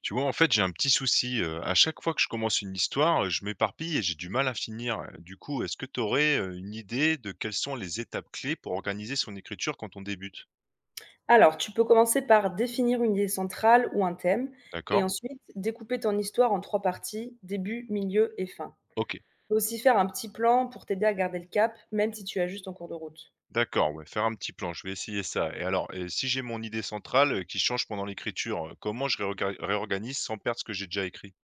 Tu vois, en fait, j'ai un petit souci. À chaque fois que je commence une histoire, je m'éparpille et j'ai du mal à finir. Du coup, est-ce que tu aurais une idée de quelles sont les étapes clés pour organiser son écriture quand on débute? Alors, tu peux commencer par définir une idée centrale ou un thème, et D'accord? ensuite découper ton histoire en trois parties, début, milieu et fin. Ok. Tu peux aussi faire un petit plan pour t'aider à garder le cap, même si tu ajustes en cours de route. D'accord, ouais, faire un petit plan, je vais essayer ça. Et alors, si j'ai mon idée centrale qui change pendant l'écriture, comment je réorganise sans perdre ce que j'ai déjà écrit?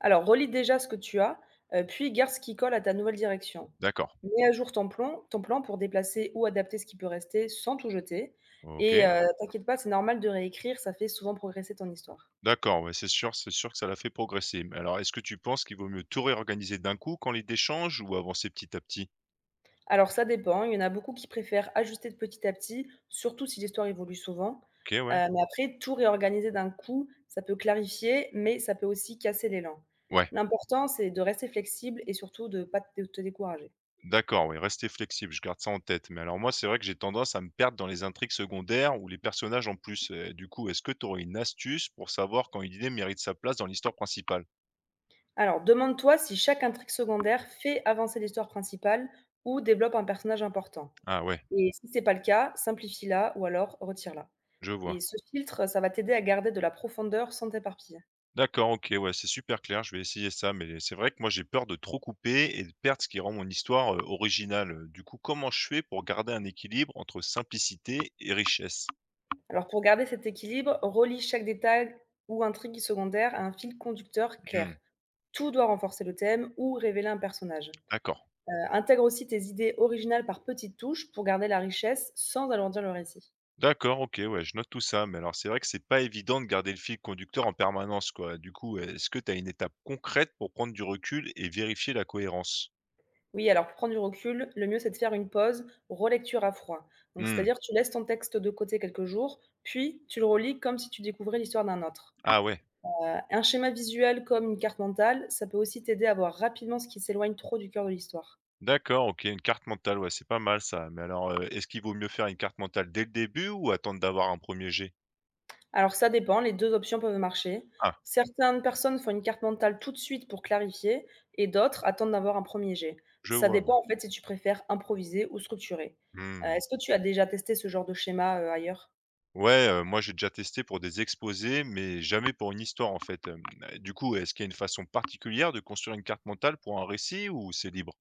Alors, relis déjà ce que tu as, puis garde ce qui colle à ta nouvelle direction. D'accord. Mets à jour ton plan, pour déplacer ou adapter ce qui peut rester sans tout jeter. Et Ok. T'inquiète pas, c'est normal de réécrire, ça fait souvent progresser ton histoire. D'accord, ouais, c'est sûr que ça l'a fait progresser. Mais alors, est-ce que tu penses qu'il vaut mieux tout réorganiser d'un coup quand l'idée change ou avancer petit à petit? Alors ça dépend, il y en a beaucoup qui préfèrent ajuster de petit à petit, surtout si l'histoire évolue souvent. Ok, ouais. Mais après tout réorganiser d'un coup, ça peut clarifier, mais ça peut aussi casser l'élan. Ouais. L'important, c'est de rester flexible et surtout de ne pas te décourager. D'accord, oui, restez flexible, je garde ça en tête. Mais alors moi, c'est vrai que j'ai tendance à me perdre dans les intrigues secondaires ou les personnages en plus. Du coup, est-ce que tu aurais une astuce pour savoir quand une idée mérite sa place dans l'histoire principale? Alors demande-toi si chaque intrigue secondaire fait avancer l'histoire principale ou développe un personnage important. Ah ouais, Et si c'est pas le cas, simplifie-la ou alors retire-la. je Et vois. ce filtre, ça va t'aider à garder de la profondeur sans t'éparpiller. D'accord, ok, ouais, c'est super clair, je vais essayer ça, mais c'est vrai que moi j'ai peur de trop couper et de perdre ce qui rend mon histoire originale. Du coup, comment je fais pour garder un équilibre entre simplicité et richesse? Alors pour garder cet équilibre, relie chaque détail ou intrigue secondaire à un fil conducteur clair. Hmm, Tout doit renforcer le thème ou révéler un personnage. d'accord. Intègre aussi tes idées originales par petites touches pour garder la richesse sans alourdir le récit. D'accord, OK, ouais, je note tout ça, mais alors c'est vrai que c'est pas évident de garder le fil conducteur en permanence, quoi. Du coup, est-ce que tu as une étape concrète pour prendre du recul et vérifier la cohérence? Oui, alors pour prendre du recul, le mieux c'est de faire une pause, relecture à froid. Donc Mmh. c'est-à-dire tu laisses ton texte de côté quelques jours, puis tu le relis comme si tu découvrais l'histoire d'un autre. Ah ouais, Un schéma visuel comme une carte mentale, ça peut aussi t'aider à voir rapidement ce qui s'éloigne trop du cœur de l'histoire. d'accord, OK, une carte mentale, ouais, c'est pas mal ça. Mais alors, est-ce qu'il vaut mieux faire une carte mentale dès le début ou attendre d'avoir un premier jet? Alors ça dépend, les 2 options peuvent marcher. Ah, Certaines personnes font une carte mentale tout de suite pour clarifier et d'autres attendent d'avoir un premier jet. je Ça vois, ouais. dépend en fait si tu préfères improviser ou structurer. Mmh. Est-ce que tu as déjà testé ce genre de schéma, ailleurs? Ouais, moi j'ai déjà testé pour des exposés, mais jamais pour une histoire, en fait, du coup, est-ce qu'il y a une façon particulière de construire une carte mentale pour un récit ou c'est libre?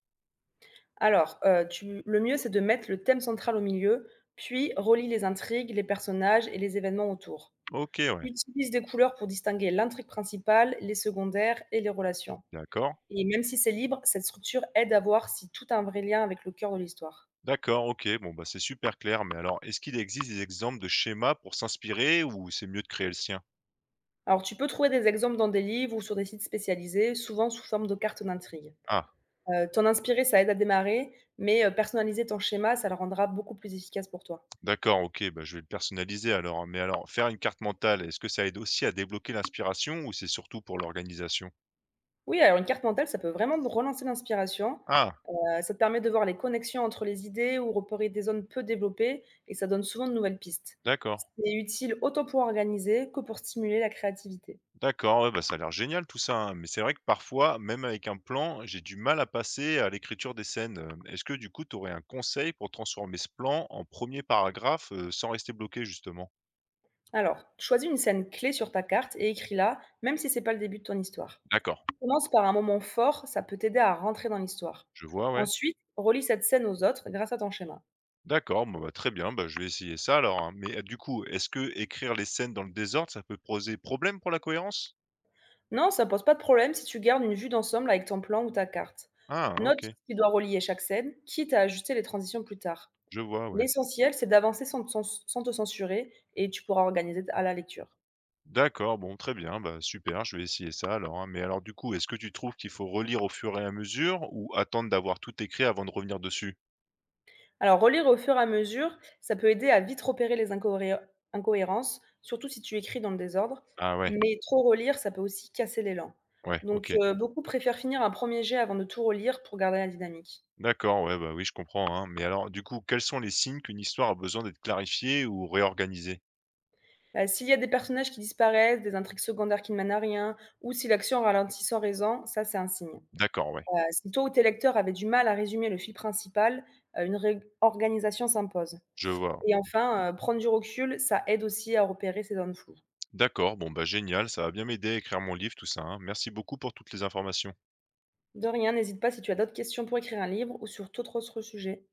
Alors, tu le mieux, c'est de mettre le thème central au milieu, puis relie les intrigues, les personnages et les événements autour. OK, ouais, Utilise des couleurs pour distinguer l'intrigue principale, les secondaires et les relations. d'accord. Et même si c'est libre, cette structure aide à voir si tout a un vrai lien avec le cœur de l'histoire. D'accord, OK. Bon, bah, c'est super clair, mais alors est-ce qu'il existe des exemples de schémas pour s'inspirer ou c'est mieux de créer le sien? Alors, tu peux trouver des exemples dans des livres ou sur des sites spécialisés, souvent sous forme de cartes d'intrigue. Ah, T'en inspirer, ça aide à démarrer, mais personnaliser ton schéma, ça le rendra beaucoup plus efficace pour toi. d'accord, OK, bah, je vais le personnaliser alors, hein. Mais alors, faire une carte mentale, est-ce que ça aide aussi à débloquer l'inspiration ou c'est surtout pour l'organisation? Oui, alors une carte mentale, ça peut vraiment te relancer l'inspiration. Ah, Ça te permet de voir les connexions entre les idées ou repérer des zones peu développées, et ça donne souvent de nouvelles pistes. d'accord. C'est utile autant pour organiser que pour stimuler la créativité. D'accord, ouais, bah, ça a l'air génial tout ça, hein. Mais c'est vrai que parfois, même avec un plan, j'ai du mal à passer à l'écriture des scènes. Est-ce que du coup, tu aurais un conseil pour transformer ce plan en premier paragraphe, sans rester bloqué justement? Alors, choisis une scène clé sur ta carte et écris-la, même si c'est pas le début de ton histoire. D'accord, Commence par un moment fort, ça peut t'aider à rentrer dans l'histoire. je vois, ouais. Ensuite, relie cette scène aux autres grâce à ton schéma. D'accord, bon, bah, très bien, bah, je vais essayer ça alors, hein. Mais, du coup, est-ce que écrire les scènes dans le désordre, ça peut poser problème pour la cohérence? Non, ça pose pas de problème si tu gardes une vue d'ensemble avec ton plan ou ta carte. Ah Note ce OK, qui doit relier chaque scène, quitte à ajuster les transitions plus tard. je vois, ouais. L'essentiel, c'est d'avancer sans te censurer et tu pourras organiser à la lecture. D'accord, bon, très bien, bah, super, je vais essayer ça alors, hein. Mais alors du coup, est-ce que tu trouves qu'il faut relire au fur et à mesure ou attendre d'avoir tout écrit avant de revenir dessus? Alors, relire au fur et à mesure, ça peut aider à vite repérer les incohérences, surtout si tu écris dans le désordre. Ah ouais, Mais trop relire, ça peut aussi casser l'élan. ouais, Donc, OK. Beaucoup préfèrent finir un premier jet avant de tout relire pour garder la dynamique. D'accord, ouais, bah, oui, je comprends, hein. Mais alors du coup, quels sont les signes qu'une histoire a besoin d'être clarifiée ou réorganisée? S'il y a des personnages qui disparaissent, des intrigues secondaires qui ne mènent à rien, ou si l'action ralentit sans raison, ça c'est un signe. D'accord, ouais, Si toi ou tes lecteurs avaient du mal à résumer le fil principal, une réorganisation s'impose. je vois, Et ouais. enfin, prendre du recul, ça aide aussi à repérer ces zones floues. D'accord, bon bah génial, ça va bien m'aider à écrire mon livre, tout ça, hein. Merci beaucoup pour toutes les informations. De rien, n'hésite pas si tu as d'autres questions pour écrire un livre ou sur tout autre sujet.